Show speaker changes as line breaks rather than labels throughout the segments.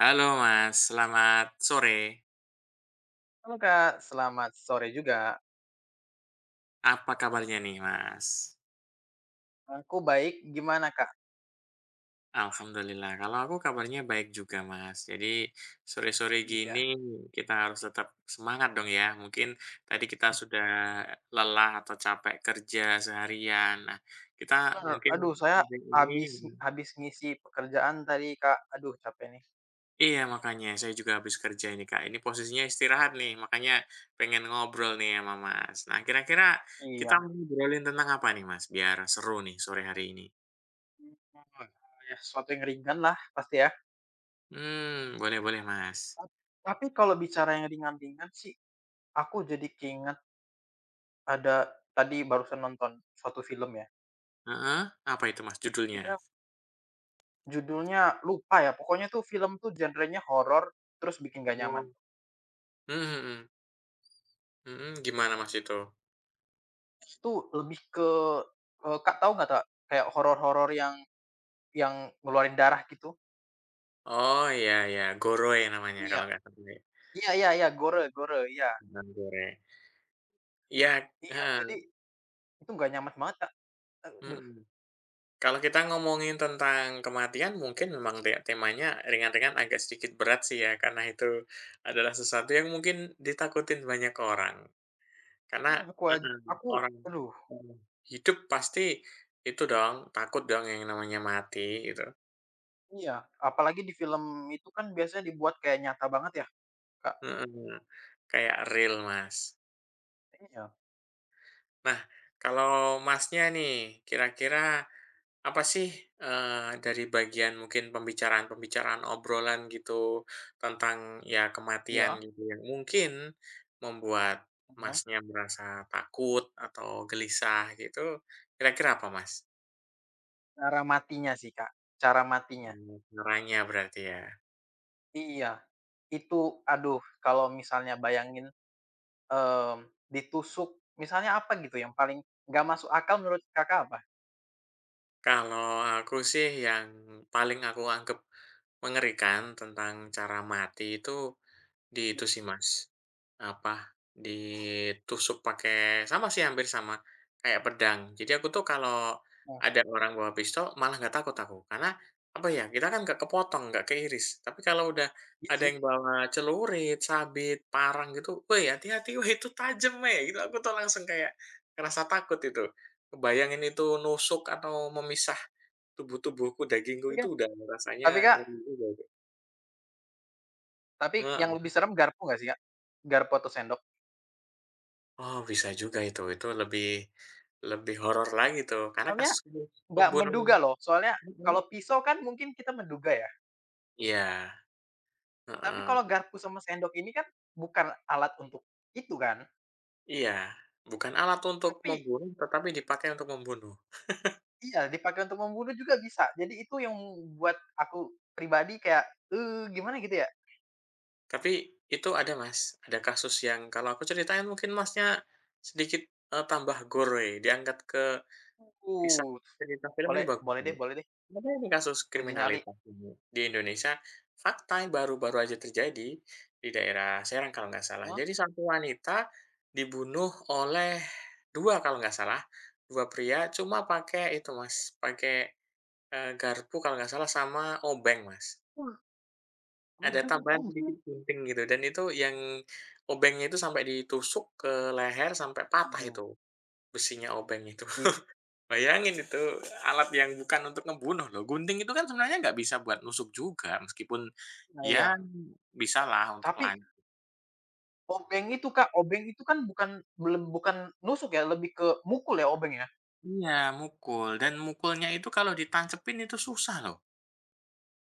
Halo Mas, selamat sore.
Halo Kak, selamat sore juga.
Apa kabarnya nih Mas?
Aku baik, gimana Kak?
Alhamdulillah, kalau aku kabarnya baik juga Mas. Jadi sore-sore gini
Iya.
kita harus tetap semangat dong ya. Mungkin tadi kita sudah lelah atau capek kerja seharian. Nah, kita
Bener,
mungkin
aduh saya
hari ini
habis habis ngisi pekerjaan tadi Kak. Aduh capek nih.
Iya makanya saya juga habis kerja ini Kak. Ini posisinya istirahat nih, makanya pengen ngobrol nih sama Mas. Nah, kira-kira kita
Iya.
mau ngobrolin tentang apa nih Mas biar seru nih sore hari ini?
Hmm, Ya sesuatu yang ringan lah pasti ya.
Boleh boleh, Mas.
Ta tapi kalau bicara yang ringan-ringan sih, aku jadi keinget ada tadi barusan nonton suatu film ya.
Heeh, apa itu, Mas, judulnya?
Itu judulnya lupa ya, pokoknya tuh film tuh genrenya horor, terus bikin gak nyaman.
Oh. Mhm mhm. Mhm, gimana, Mas, itu?
Itu lebih ke Kak tahu nggak tak? Kayak horor-horor yang ngeluarin darah gitu?
Oh, iya iya, Goroe namanya
Iya.
kalau nggak salah ya.
Iya iya iya, gore gore, iya.
Tentang gore. Iya
Iya, jadi
heeh,
itu nggak nyaman banget, Kak, aduh,
mhm. Kalau kita ngomongin tentang kematian mungkin memang temanya ringan-ringan agak sedikit berat sih ya, karena itu adalah sesuatu yang mungkin ditakutin banyak orang. Karena
iya
heeh,
aku
orang
aduh,
mhm, hidup pasti itu dong, takut dong yang namanya mati gitu.
iya, apalagi di film itu kan biasanya dibuat kayak nyata banget ya, Kak,
Heeh, kayak real, Mas.
iya,
Nah, kalau Masnya nih, kira-kira apa sih, dari bagian mungkin pembicaraan-pembicaraan obrolan gitu, tentang ya kematian
iya,
gitu yang mungkin membuat
mhm,
Masnya merasa takut atau gelisah gitu, kira-kira apa, Mas?
cara matinya sih, Kak, cara matinya.
Caranya berarti ya?
Iya, itu aduh kalau misalnya bayangin, mmm, ditusuk misalnya apa gitu yang paling nggak masuk akal menurut Kakak apa?
Kalau aku sih yang paling aku anggap mengerikan tentang cara mati itu, di itu sih Mas, apa, ditusuk pakai sama sih hampir sama, kayak pedang. Jadi aku tuh kalau
Mhm,
ada orang bawa pistol malah nggak takut aku, karena apa ya, kita kan nggak kepotong, nggak keiris. Tapi kalau udah
iya
ada
sih,
yang bawa celurit, sabit, parang gitu, "Woi hati-hati, woi itu tajam weh!" Gitu, aku tuh langsung kayak ngerasa takut itu. Kebayangin itu nusuk atau memisah tubuh-tubuhku, dagingku
tapi
itu
kan
udah rasanya
tapi, Kak.
ngeri juga itu.
Tapi yang
Heeh.
lebih serem garpu nggak sih, Kak? Garpu atau sendok.
Oh, bisa juga itu. Itu lebih lebih horor lagi tuh, karena
Soalnya
kasus
nggak
pembunuhan
menduga loh, soalnya
mhm.
kalau pisau kan mungkin kita menduga ya,
Iya,
tapi kalau
heeh.
garpu sama sendok ini kan bukan alat untuk itu kan,
Iya, bukan alat untuk
tapi
membunuh, tetapi dipakai untuk membunuh.
iya, dipakai untuk membunuh juga bisa. Jadi itu yang buat aku pribadi kayak, eh gimana gitu ya,
Tapi itu ada, Mas, ada kasus yang kalau aku ceritain mungkin Masnya sedikit, tambah gore, diangkat ke kisah
uh,
cerita film ini
boleh
bagus.
boleh deh,
Ada ini kasus
uji nyali.
kriminalitas ini di Indonesia, fakta yang baru-baru aja terjadi di daerah Serang kalau nggak salah.
Wah,
Jadi satu wanita dibunuh oleh 2 kalau nggak salah, 2 pria cuma pakai itu Mas, pakai, garpu kalau nggak salah sama obeng Mas.
wah,
Ada
obeng
tambahan
obeng.
sedikit gunting gitu dan itu yang obengnya itu sampai ditusuk ke leher sampai patah
Duh,
itu, besinya obeng itu.
it
Bayangin itu alat yang bukan untuk ngebunuh loh, gunting itu kan sebenarnya nggak bisa buat nusuk juga meskipun
nah iya,
ya bisalah untuk
tapi Obeng itu, Kak, obeng itu kan bukan belum bukan nusuk ya, lebih ke mukul ya obeng ya?
iya mukul dan mukulnya itu kalau ditancepin itu susah loh,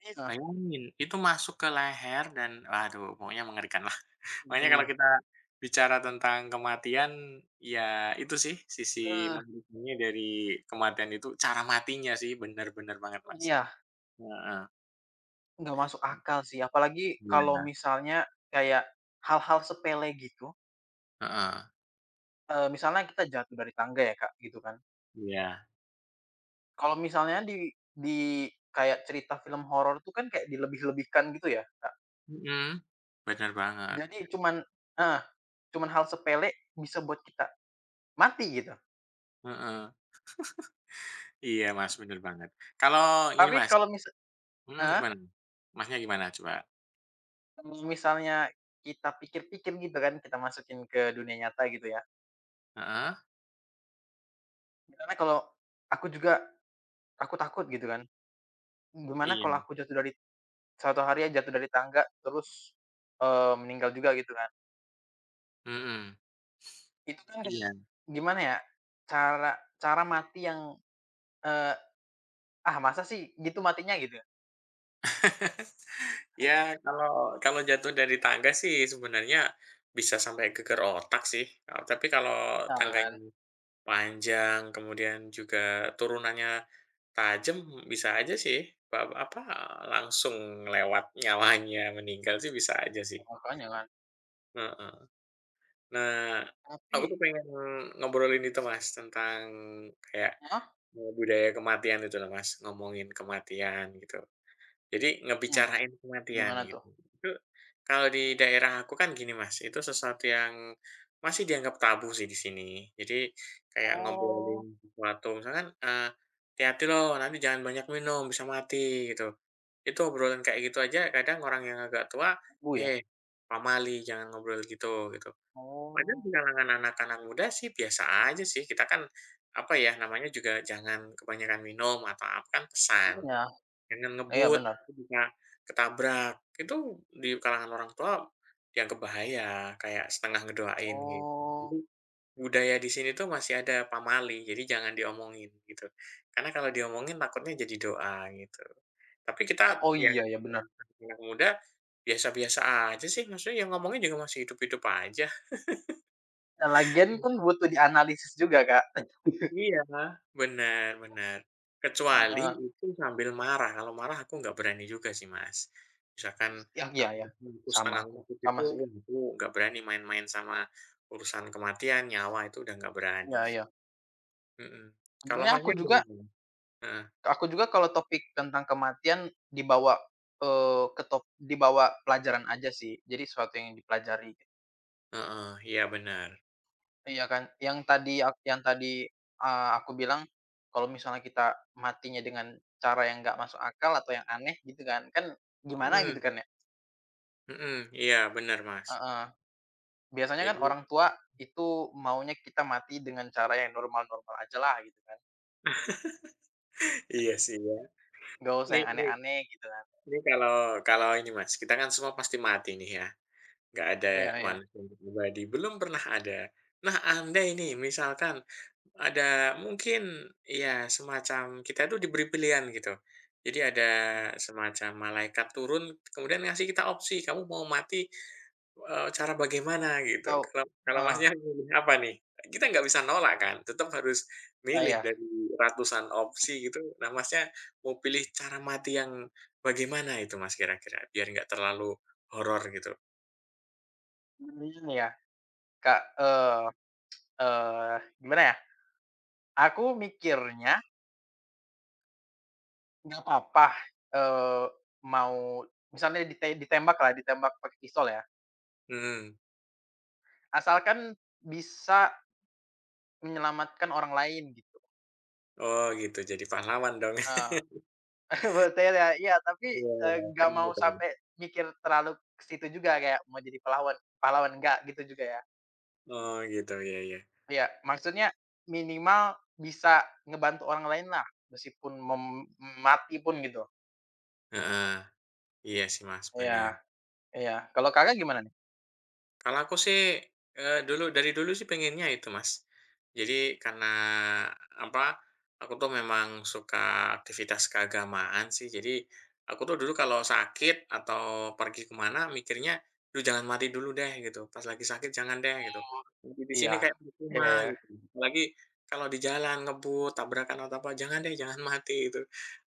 Iya,
bayangin itu masuk ke leher dan waduh pokoknya mengerikan lah. Makanya kalau
aduh.
kita bicara tentang kematian, ya itu sih sisi
Eee,
mengerikannya dari kematian itu cara matinya sih benar-benar banget Mas.
iya,
Heeh,
nggak masuk akal sih, apalagi kalau
iya,
misalnya kayak hal-hal sepele gitu,
heeh,
misalnya kita jatuh dari tangga ya, Kak, gitu kan.
iya.
Kalau misalnya di kayak cerita film horor tuh kan kayak dilebih-lebihkan gitu ya, Kak.
Mhm, bener banget,
Jadi cuman heeh, cuman hal sepele bisa buat kita mati gitu.
heeh. Iya, Mas, bener banget. Kalau ini,
Tapi
Mas
kalau misa
mhm,
heeh?
gimana? Masnya gimana coba?
Kalau misalnya kita pikir-pikir gitu kan, kita masukin ke dunia nyata gitu ya.
Heeh,
Misalnya kalau aku juga aku takut gitu kan, gimana
iya,
kalau aku jatuh dari suatu hari ya jatuh dari tangga terus, meninggal juga gitu kan.
mhm,
Itu kan kayak
iya.
gimana ya, cara cara mati yang, eee, "Ah masa sih gitu matinya?" Gitu.
Ya, kalau kalau jatuh dari tangga sih sebenarnya bisa sampai geger otak sih, tapi kalau
Nah kan,
tangganya panjang, kemudian juga turunannya tajam, bisa aja sih, ba apa, langsung lewat nyawanya meninggal sih bisa aja sih,
makanya kan.
heeh. Nah,
Tapi
aku tuh pengen ngobrolin itu Mas, tentang kayak,
heeh?
budaya kematian itu loh Mas, ngomongin kematian gitu. Jadi
Hmm,
ngebicarain kematian
gimana tuh?
gitu. Itu kalau di daerah aku kan gini Mas, itu sesuatu yang masih dianggap tabu sih di sini. Jadi kayak
Oh,
ngobrolin sesuatu misalkan, "Hati-hati loh, nanti jangan banyak minum, bisa mati," gitu. Itu obrolan kayak gitu aja kadang orang yang agak tua,
bu ya?
"Eh, pamali, jangan ngobrol gitu," gitu. Padahal
Oh,
di kalangan anak-anak muda sih biasa aja sih, kita kan, apa ya, namanya juga jangan kebanyakan minum atau apa kan pesan,
iya,
jangan
iya
ngebut,
benar.
itu bisa ketabrak. Itu di kalangan orang tua dianggap bahaya, kayak setengah ngedoain gitu. Jadi
Oh,
budaya di sini tuh masih ada pamali, jadi jangan diomongin gitu. Karena kalau diomongin takutnya jadi doa gitu. Tapi kita
oh
yang
iya ya benar.
anak muda biasa-biasa aja sih, maksudnya yang ngomongnya juga masih hidup-hidup aja.
Nah, lagian pun butuh dianalisis juga, Kak.
Iya, benar-benar Kecuali
Heeh.
itu sambil marah, kalau marah aku nggak berani juga sih, Mas. Misalkan
Ya iya
aku
ya,
aku
sama
setengah
aku,
ngantuk itu,
sama sih.
wah aku nggak berani main-main sama urusan kematian, nyawa itu udah nggak berani.
Iya iya.
Mhm. Kalau
Sebenarnya
Masnya gimana? Heeh,
aku juga kalau topik tentang kematian dibawa, ke dibawa pelajaran aja sih, jadi sesuatu yang dipelajari.
heeh, iya bener.
Iya kan, yang tadi yang tadi, aku bilang, kalau misalnya kita matinya dengan cara yang nggak masuk akal atau yang aneh gitu kan, kan gimana gitu
Mhm,
kan ya?
mhm, iya bener, Mas.
Heeh. Biasanya kan
Jadi
orang tua itu maunya kita mati dengan cara yang normal-normal aja lah gitu kan,
iya sih ya.
nggak usah
Nih
yang
nih
aneh-aneh gitu kan.
nih kalau kalau ini Mas, kita kan semua pasti mati nih ya. Nggak ada
Iya iya,
manusia yang pribadi, belum pernah ada. Nah, anda ini misalkan ada mungkin ya semacam kita tuh diberi pilihan gitu. Jadi ada
Mmm.
semacam malaikat turun kemudian ngasih kita opsi, "Kamu mau mati, cara bagaimana?" Gitu.
Atau
Kalau kalau
heeh,
Masnya milih apa nih? Kita nggak bisa nolak kan, tetap harus
ah,
milih
iya,
dari ratusan opsi gitu. Nah, Masnya mau pilih cara mati yang bagaimana itu Mas kira-kira? Biar nggak terlalu horor gitu.
sebenarnya ya Kak, eee, gimana ya, aku mikirnya nggak apa-apa, eee, mau misalnya ditembak lah ditembak pakai pistol ya,
Mhm.
asalkan bisa menyelamatkan orang lain gitu,
Oh gitu, jadi pahlawan dong.
heeh. betul ya iya tapi,
Iya,
nggak
keren
mau
gitu.
sampai mikir terlalu ke situ juga kayak mau jadi pahlawan pahlawan nggak gitu juga ya.
Oh gitu, iya iya.
Iya, maksudnya minimal bisa ngebantu orang lain lah meskipun mati pun gitu.
Heeh. Iya sih Mas,
Iya
benar.
iya. Kalau Kakak gimana nih?
Kalau aku sih, dulu dari dulu sih pengennya itu, Mas. Jadi karena apa, aku tuh memang suka aktivitas keagamaan sih. Jadi aku tuh dulu kalau sakit atau pergi kemana mikirnya, "Duh jangan mati dulu deh," gitu, "pas lagi sakit jangan deh," gitu. "Mati di sini
Iya.
kayak
Iya
percuma,"
ya.
gitu. Apalagi kalau di jalan ngebut, tabrakan atau apa, "Jangan deh, jangan mati," gitu.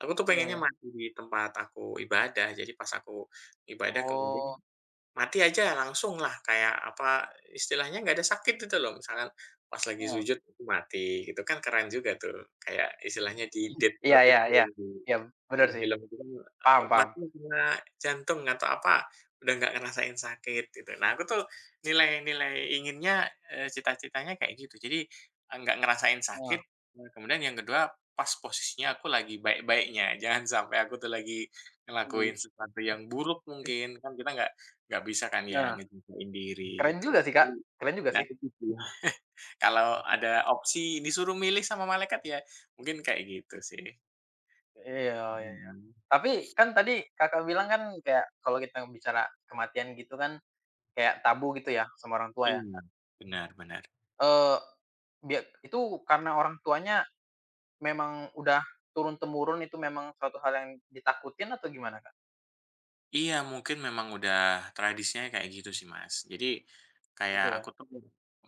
Aku tuh
Iya
pengennya
ya.
mati di tempat aku ibadah. Jadi pas aku ibadah kemudian
Oh,
Mati aja langsung lah kayak apa, istilahnya nggak ada sakit gitu loh misalkan pas lagi
heeh.
sujud mati gitu kan keren juga tuh kayak istilahnya di death
Iya
note
iya
itu.
iya. Iya bener sih.
Film itu kan,
Paham paham.
mati karena jantung atau apa, udah nggak ngerasain sakit gitu. Nah, aku tuh nilai-nilai inginnya, cita-citanya kayak gitu. Jadi, nggak ngerasain
Heeh.
sakit, kemudian yang kedua pas posisinya aku lagi baik-baiknya. Jangan sampai aku tuh lagi
I
ngelakuin sesuatu yang buruk
eh,
mungkin, kan kita nggak bisa kan ya
nah,
ngejagain diri
keren
gitu.
juga sih
Jadi
Kak, keren juga
nah
sih.
itu sih, kalau ada opsi disuruh milih sama malaikat ya mungkin kayak gitu sih.
Iya iya.
Mhm.
Tapi kan tadi Kakak bilang kan kayak kalau kita bicara kematian gitu kan kayak tabu gitu ya sama orang tua ya,
Iya, benar benar.
eee, bia itu karena orang tuanya memang udah turun-temurun itu memang suatu hal yang ditakutin atau gimana, Kak?
Iya, mungkin memang udah tradisinya kayak gitu sih, Mas. Jadi
Gitu
kayak aku
ya?
tuh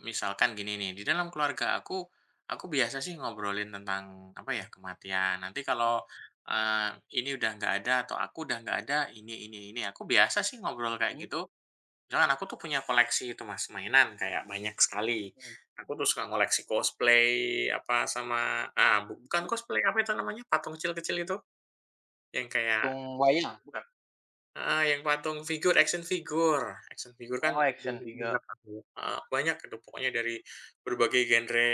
misalkan gini nih, di dalam keluarga aku biasa sih ngobrolin tentang apa ya, kematian. Nanti
Mhm,
kalau, eee, ini udah nggak ada atau aku udah nggak ada, ini, aku biasa sih ngobrol kayak
mhm
gitu. Jangan aku tuh punya koleksi itu, Mas, mainan kayak banyak sekali.
mhm,
Aku tuh suka ngoleksi cosplay, apa, sama ah,
mhm.
bukan cosplay, apa itu namanya, patung kecil-kecil itu, yang kayak
Tung wayang? Bukan?
ah yang patung figur, action figure. Action figure
Oh
kan
action
banyak
figure.
banget aku heeh, banyak itu pokoknya dari berbagai genre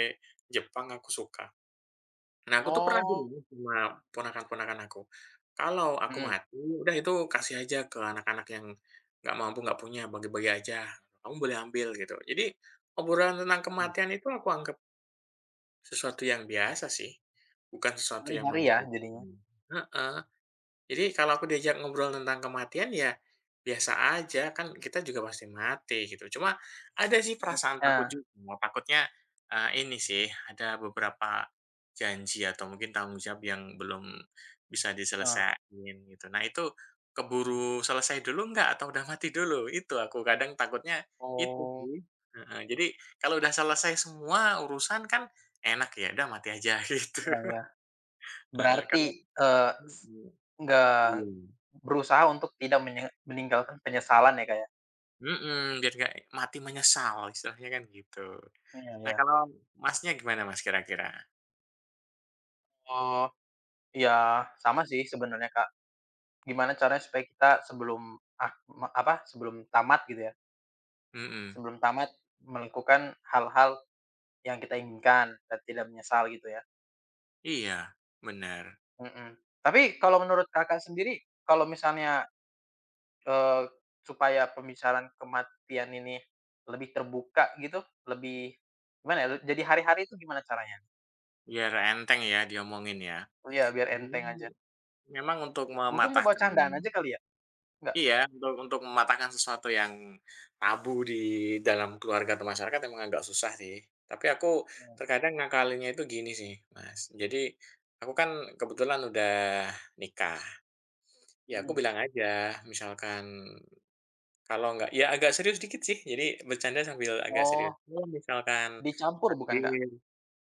Jepang aku suka. Nah, aku tuh pernah
Oh,
bilang sama ponakan-ponakan aku, "Kalau aku
mhm
mati, udah itu kasih aja ke anak-anak yang nggak mampu, nggak punya, bagi-bagi aja. Kamu boleh ambil," gitu. Jadi, obrolan tentang
mhm.
kematian itu aku anggap sesuatu yang biasa sih, bukan sesuatu yang
Hari-hari ya
menakutkan.
jadinya?
Heeh. Jadi kalau aku diajak ngobrol tentang kematian ya biasa aja, kan kita juga pasti mati gitu. Cuma ada sih perasaan takut
Nah,
juga, takutnya, ini sih ada beberapa janji atau mungkin tanggung jawab yang belum bisa
heeh.
diselesaikan gitu. Nah itu keburu selesai dulu nggak atau udah mati dulu? Itu aku kadang takutnya itu
Oh,
sih, heeh. Jadi kalau udah selesai semua urusan kan enak ya, udah mati aja gitu,
iya iya.
heeh,
Berarti,
kalau
eee, s
mhm,
nggak.
iya.
Berusaha untuk tidak meninggalkan penyesalan ya, Kak, ya?
Mhm, biar nggak mati menyesal istilahnya kan gitu.
Iya
Nah
iya.
kalau Masnya gimana Mas kira-kira?
Oh, iya sama sih sebenarnya, Kak. Gimana caranya supaya kita sebelum ak me apa, sebelum tamat gitu ya,
Mhm,
sebelum tamat melakukan hal-hal yang kita inginkan dan tidak menyesal gitu ya,
iya bener,
mhm. Tapi kalau menurut Kakak sendiri, kalau misalnya, eee, supaya pembicaraan kematian ini lebih terbuka gitu, lebih gimana ya, jadi hari-hari itu gimana caranya?
biar enteng ya diomongin ya.
Iya biar
Jadi
enteng aja.
memang untuk
Mungkin dibawa
mematahkan
candaan aja kali ya? Nggak?
iya untuk mematahkan sesuatu yang tabu di dalam keluarga atau masyarakat emang agak susah sih. Tapi aku
Mmm,
terkadang ngakalinnya itu gini sih Mas, jadi aku kan kebetulan udah nikah, ya aku
mhm.
bilang aja misalkan Kalau nggak ya agak serius dikit sih, jadi bercanda sambil agak
Oh,
serius. Kalau misalkan
dicampur bukan, Kak?
takdir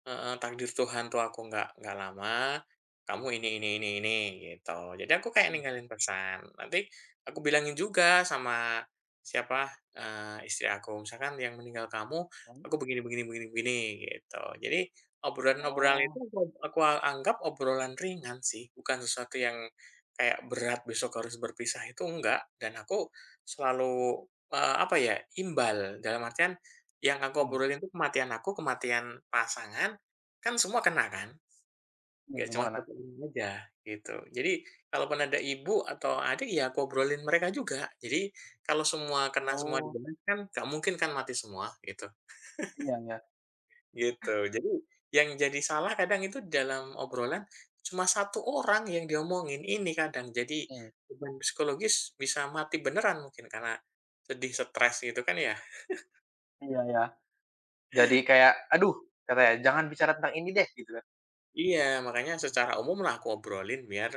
Heeh, takdir Tuhan tuh aku nggak lama, kamu ini, gitu. Jadi aku kayak
Mmm,
ninggalin pesan, nanti aku bilangin juga sama siapa, istri aku, misalkan yang meninggal kamu,
mhm.
aku begini begini begini begini, gitu. Jadi obrolan-obrolan itu
Oh,
aku anggap obrolan ringan sih, bukan sesuatu yang kayak berat besok harus berpisah itu enggak, dan aku selalu, apa ya, imbal, dalam artian yang aku
mmm,
obrolin itu kematian aku, kematian pasangan Kan semua kena kan?
iya
Nggak
memang
cuma
enak.
satu orang aja, gitu. Jadi, kalaupun ada ibu atau adik, ya aku obrolin mereka juga. Jadi, kalau semua kena semua di
Oh,
benak kan nggak mungkin kan mati semua, gitu.
iya iya,
Gitu. Jadi, yang jadi salah kadang itu dalam obrolan cuma satu orang yang diomongin, ini kadang. Jadi,
mmm,
beban psikologis bisa mati beneran mungkin karena sedih, stres gitu kan ya.
iya iya. Jadi kayak, "Aduh," katanya, "jangan bicara tentang ini deh," gitu kan.
Iya, makanya secara umum lah aku obrolin biar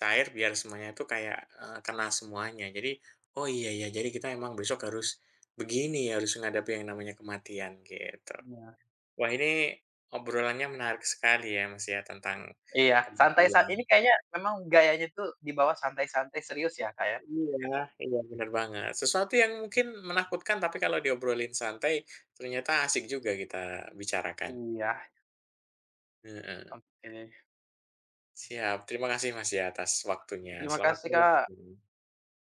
cair, biar semuanya itu kayak, kena semuanya. Jadi, oh iya ya, jadi kita emang besok harus begini, harus menghadapi yang namanya kematian, gitu.
Iya.
Wah ini obrolannya menarik sekali ya, Mas, ya, tentang
Iya, santai
kematian.
saat ini kayaknya memang gayanya tuh dibawa santai-santai serius ya, Kak, ya?
Iya iya, benar banget. Sesuatu yang mungkin menakutkan, tapi kalau diobrolin santai, ternyata asik juga kita bicarakan.
Iya,
Heeh.
oke deh.
Siap, terima kasih, Mas, ya, atas waktunya.
Terima
Selamat
kasih,
malam.
Kak.